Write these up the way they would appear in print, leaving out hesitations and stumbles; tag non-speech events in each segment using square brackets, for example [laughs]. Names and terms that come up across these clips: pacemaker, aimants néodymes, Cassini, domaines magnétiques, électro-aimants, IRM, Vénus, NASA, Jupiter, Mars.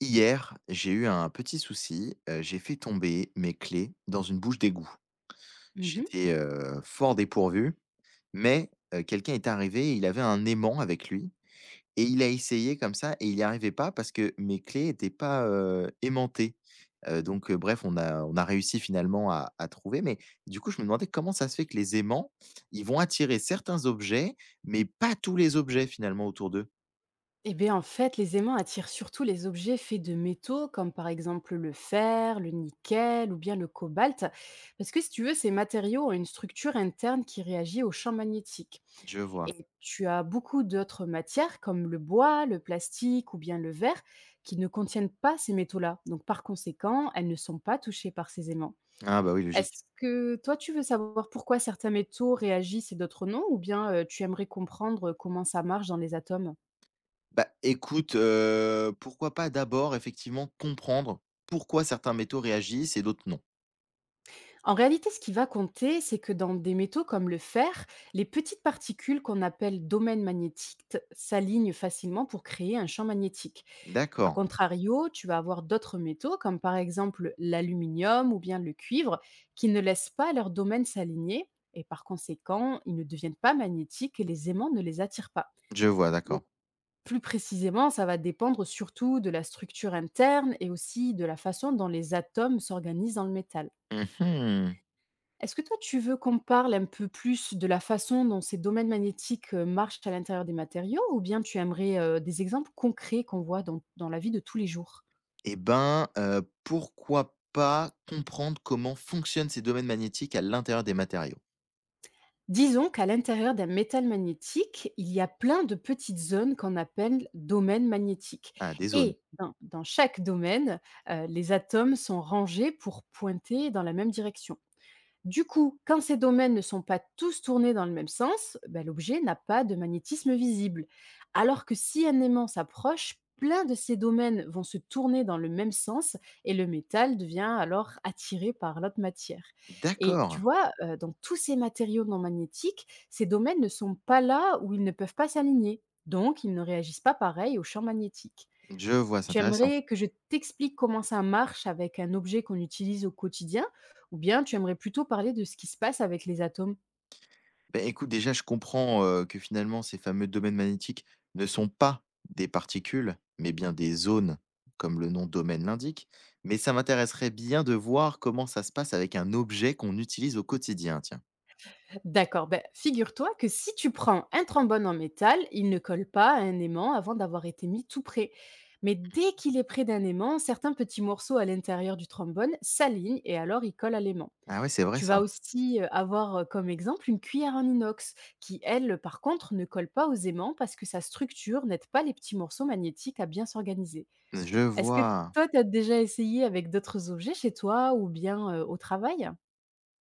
Hier, j'ai eu un petit souci, j'ai fait tomber mes clés dans une bouche d'égout. Mhm. J'étais, fort dépourvu, mais, quelqu'un est arrivé, il avait un aimant avec lui et il a essayé comme ça et il n'y arrivait pas parce que mes clés n'étaient pas, aimantées. Donc, bref, on a réussi finalement à trouver, mais du coup, je me demandais comment ça se fait que les aimants, ils vont attirer certains objets, mais pas tous les objets finalement autour d'eux? Eh bien, en fait, les aimants attirent surtout les objets faits de métaux, comme par exemple le fer, le nickel ou bien le cobalt, parce que si tu veux, ces matériaux ont une structure interne qui réagit au champ magnétique. Je vois. Et tu as beaucoup d'autres matières, comme le bois, le plastique ou bien le verre, qui ne contiennent pas ces métaux-là. Donc, par conséquent, elles ne sont pas touchées par ces aimants. Ah bah oui, logique. Est-ce que toi, tu veux savoir pourquoi certains métaux réagissent et d'autres non, ou bien tu aimerais comprendre comment ça marche dans les atomes? Bah, écoute, pourquoi pas d'abord effectivement comprendre pourquoi certains métaux réagissent et d'autres non. En réalité, ce qui va compter, c'est que dans des métaux comme le fer, les petites particules qu'on appelle domaines magnétiques s'alignent facilement pour créer un champ magnétique. A D'accord, contrario, tu vas avoir d'autres métaux, comme par exemple l'aluminium ou bien le cuivre, qui ne laissent pas leur domaine s'aligner et par conséquent, ils ne deviennent pas magnétiques et les aimants ne les attirent pas. je vois, d'accord. Donc, plus précisément, ça va dépendre surtout de la structure interne et aussi de la façon dont les atomes s'organisent dans le métal. Mmh mh. Est-ce que toi, tu veux qu'on parle un peu plus de la façon dont ces domaines magnétiques marchent à l'intérieur des matériaux, ou bien tu aimerais des exemples concrets qu'on voit dans la vie de tous les jours? Et ben, pourquoi pas comprendre comment fonctionnent ces domaines magnétiques à l'intérieur des matériaux? Disons qu'à l'intérieur d'un métal magnétique, il y a plein de petites zones qu'on appelle domaines magnétiques. Ah, des zones. Et dans chaque domaine, les atomes sont rangés pour pointer dans la même direction. Du coup, quand ces domaines ne sont pas tous tournés dans le même sens, ben, l'objet n'a pas de magnétisme visible. Alors que si un aimant s'approche, plein de ces domaines vont se tourner dans le même sens et le métal devient alors attiré par l'autre matière. Et tu D'accord, vois, dans tous ces matériaux non magnétiques, ces domaines ne sont pas là où ils ne peuvent pas s'aligner. Donc, ils ne réagissent pas pareil au champ magnétique. je vois, c'est Tu intéressant. aimerais que je t'explique comment ça marche avec un objet qu'on utilise au quotidien, ou bien tu aimerais plutôt parler de ce qui se passe avec les atomes? Ben écoute, déjà, je comprends, que finalement ces fameux domaines magnétiques ne sont pas des particules, mais bien des zones, comme le nom domaine l'indique. Mais ça m'intéresserait bien de voir comment ça se passe avec un objet qu'on utilise au quotidien, tiens. D'accord, ben, figure-toi que si tu prends un trombone en métal, il ne colle pas à un aimant avant d'avoir été mis tout près. Mais dès qu'il est près d'un aimant, certains petits morceaux à l'intérieur du trombone s'alignent et alors ils collent à l'aimant. Ah ouais, c'est vrai Tu vas ça? aussi avoir comme exemple une cuillère en inox qui, elle, par contre, ne colle pas aux aimants parce que sa structure n'aide pas les petits morceaux magnétiques à bien s'organiser. Je Est-ce que vois. toi, tu as déjà essayé avec d'autres objets chez toi ou bien, au travail?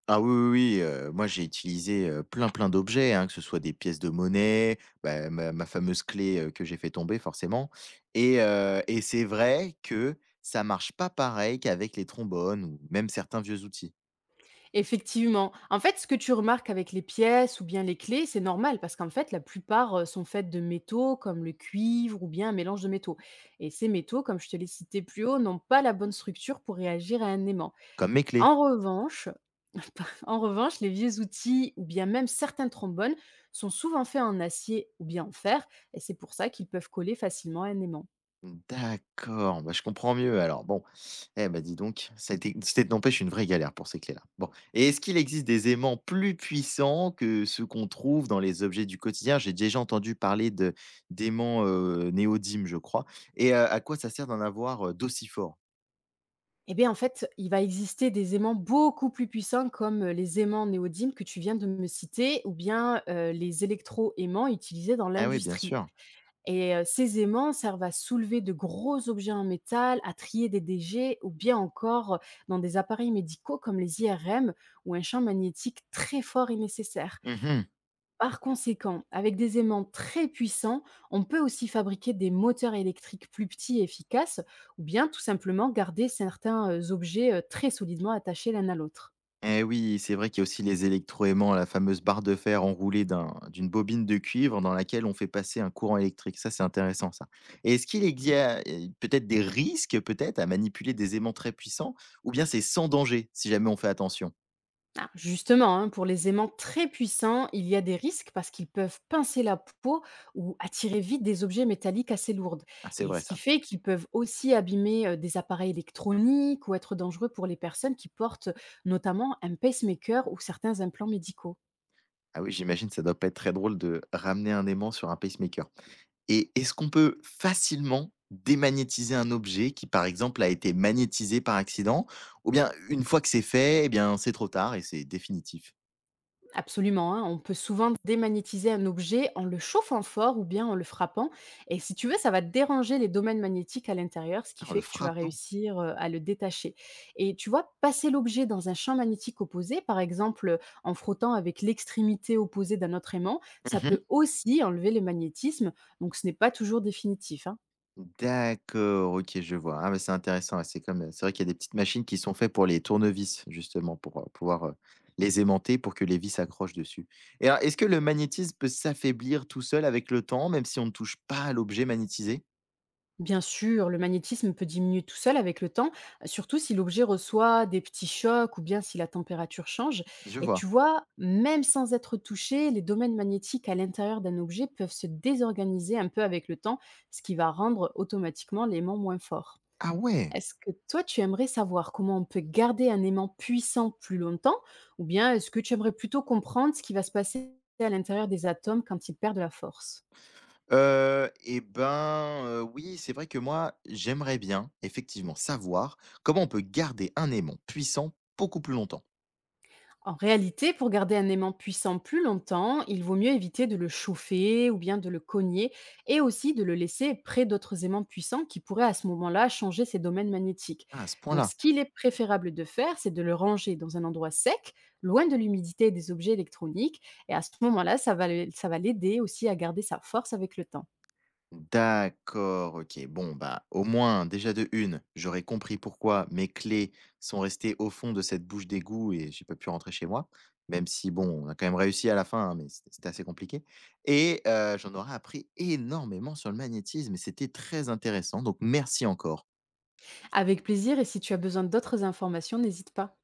Ah oui, oui, oui, moi j'ai utilisé, plein d'objets, hein, que ce soit des pièces de monnaie, bah, ma fameuse clé, que j'ai fait tomber forcément et c'est vrai que ça marche pas pareil qu'avec les trombones ou même certains vieux outils. Effectivement. En fait, ce que tu remarques avec les pièces ou bien les clés, c'est normal parce qu'en fait, la plupart, sont faites de métaux comme le cuivre ou bien un mélange de métaux, et ces métaux, comme je te l'ai cité plus haut, n'ont pas la bonne structure pour réagir à un aimant. Comme mes clés. En revanche [laughs] en revanche, les vieux outils ou bien même certains trombones sont souvent faits en acier ou bien en fer, et c'est pour ça qu'ils peuvent coller facilement à un aimant. D'accord, bah, je comprends mieux alors. Bon, eh bah, dis donc, ça a été c'était n'empêche une vraie galère pour ces clés-là. Bon, et est-ce qu'il existe des aimants plus puissants que ceux qu'on trouve dans les objets du quotidien? J'ai déjà entendu parler de d'aimants, néodymes, je crois, et à quoi ça sert d'en avoir, d'aussi forts? Et bien en fait, il va exister des aimants beaucoup plus puissants comme, les aimants néodymes que tu viens de me citer, ou bien, les électro-aimants utilisés dans Ah oui, bien l'industrie. sûr. Et ces aimants servent à soulever de gros objets en métal, à trier des déchets ou bien encore dans des appareils médicaux comme les IRM, où un champ magnétique très fort est nécessaire. Mmh. Par conséquent, avec des aimants très puissants, on peut aussi fabriquer des moteurs électriques plus petits et efficaces, ou bien tout simplement garder certains objets très solidement attachés l'un à l'autre. Eh oui, c'est vrai qu'il y a aussi les électroaimants, la fameuse barre de fer enroulée d'une bobine de cuivre dans laquelle on fait passer un courant électrique. Ça, c'est intéressant, ça. Et est-ce qu'il y a peut-être des risques, peut-être, à manipuler des aimants très puissants, ou bien c'est sans danger si jamais on fait attention? Ah, justement, hein, pour les aimants très puissants, il y a des risques parce qu'ils peuvent pincer la peau ou attirer vite des objets métalliques assez lourds. Ah, c'est Et vrai ce qui ça. fait qu'ils peuvent aussi abîmer des appareils électroniques ou être dangereux pour les personnes qui portent notamment un pacemaker ou certains implants médicaux. Ah oui, j'imagine ça doit pas être très drôle de ramener un aimant sur un pacemaker. Et est-ce qu'on peut facilement démagnétiser un objet qui, par exemple, a été magnétisé par accident, ou bien une fois que c'est fait, eh bien c'est trop tard et c'est définitif? Absolument, hein, on peut souvent démagnétiser un objet en le chauffant fort ou bien en le frappant. Et si tu veux, ça va déranger les domaines magnétiques à l'intérieur, ce Ah, qui en le fait que tu vas frappant? réussir à le détacher. Et tu vois, passer l'objet dans un champ magnétique opposé, par exemple en frottant avec l'extrémité opposée d'un autre aimant, ça Mmh. peut aussi enlever le magnétisme. Donc ce n'est pas toujours définitif, hein. D'accord, OK, je vois. Ah, mais c'est intéressant, ouais, c'est comme, c'est vrai qu'il y a des petites machines qui sont faites pour les tournevis, justement, pour, pouvoir, les aimanter pour que les vis s'accrochent dessus. Et alors, est-ce que le magnétisme peut s'affaiblir tout seul avec le temps, même si on ne touche pas à l'objet magnétisé? Bien sûr, le magnétisme peut diminuer tout seul avec le temps, surtout si l'objet reçoit des petits chocs ou bien si la température change. Je Et tu vois. vois, même sans être touché, les domaines magnétiques à l'intérieur d'un objet peuvent se désorganiser un peu avec le temps, ce qui va rendre automatiquement l'aimant moins fort. Ah ouais! Est-ce que toi, tu aimerais savoir comment on peut garder un aimant puissant plus longtemps, ou bien est-ce que tu aimerais plutôt comprendre ce qui va se passer à l'intérieur des atomes quand ils perdent la force? Et ben, oui, c'est vrai que moi, j'aimerais bien, effectivement, savoir comment on peut garder un aimant puissant beaucoup plus longtemps. En réalité, pour garder un aimant puissant plus longtemps, il vaut mieux éviter de le chauffer ou bien de le cogner, et aussi de le laisser près d'autres aimants puissants qui pourraient à ce moment-là changer ses domaines magnétiques. Ah, à ce Donc point-là. ce qu'il est préférable de faire, c'est de le ranger dans un endroit sec, loin de l'humidité et des objets électroniques. Et à ce moment-là, ça va ça va l'aider aussi à garder sa force avec le temps. D'accord, OK. Bon, bah, au moins, déjà de une, j'aurais compris pourquoi mes clés sont restées au fond de cette bouche d'égout et j'ai pas pu rentrer chez moi. Même si, bon, on a quand même réussi à la fin, hein, mais c'était assez compliqué. Et j'en aurais appris énormément sur le magnétisme et c'était très intéressant, donc merci encore. Avec plaisir, et si tu as besoin d'autres informations, n'hésite pas.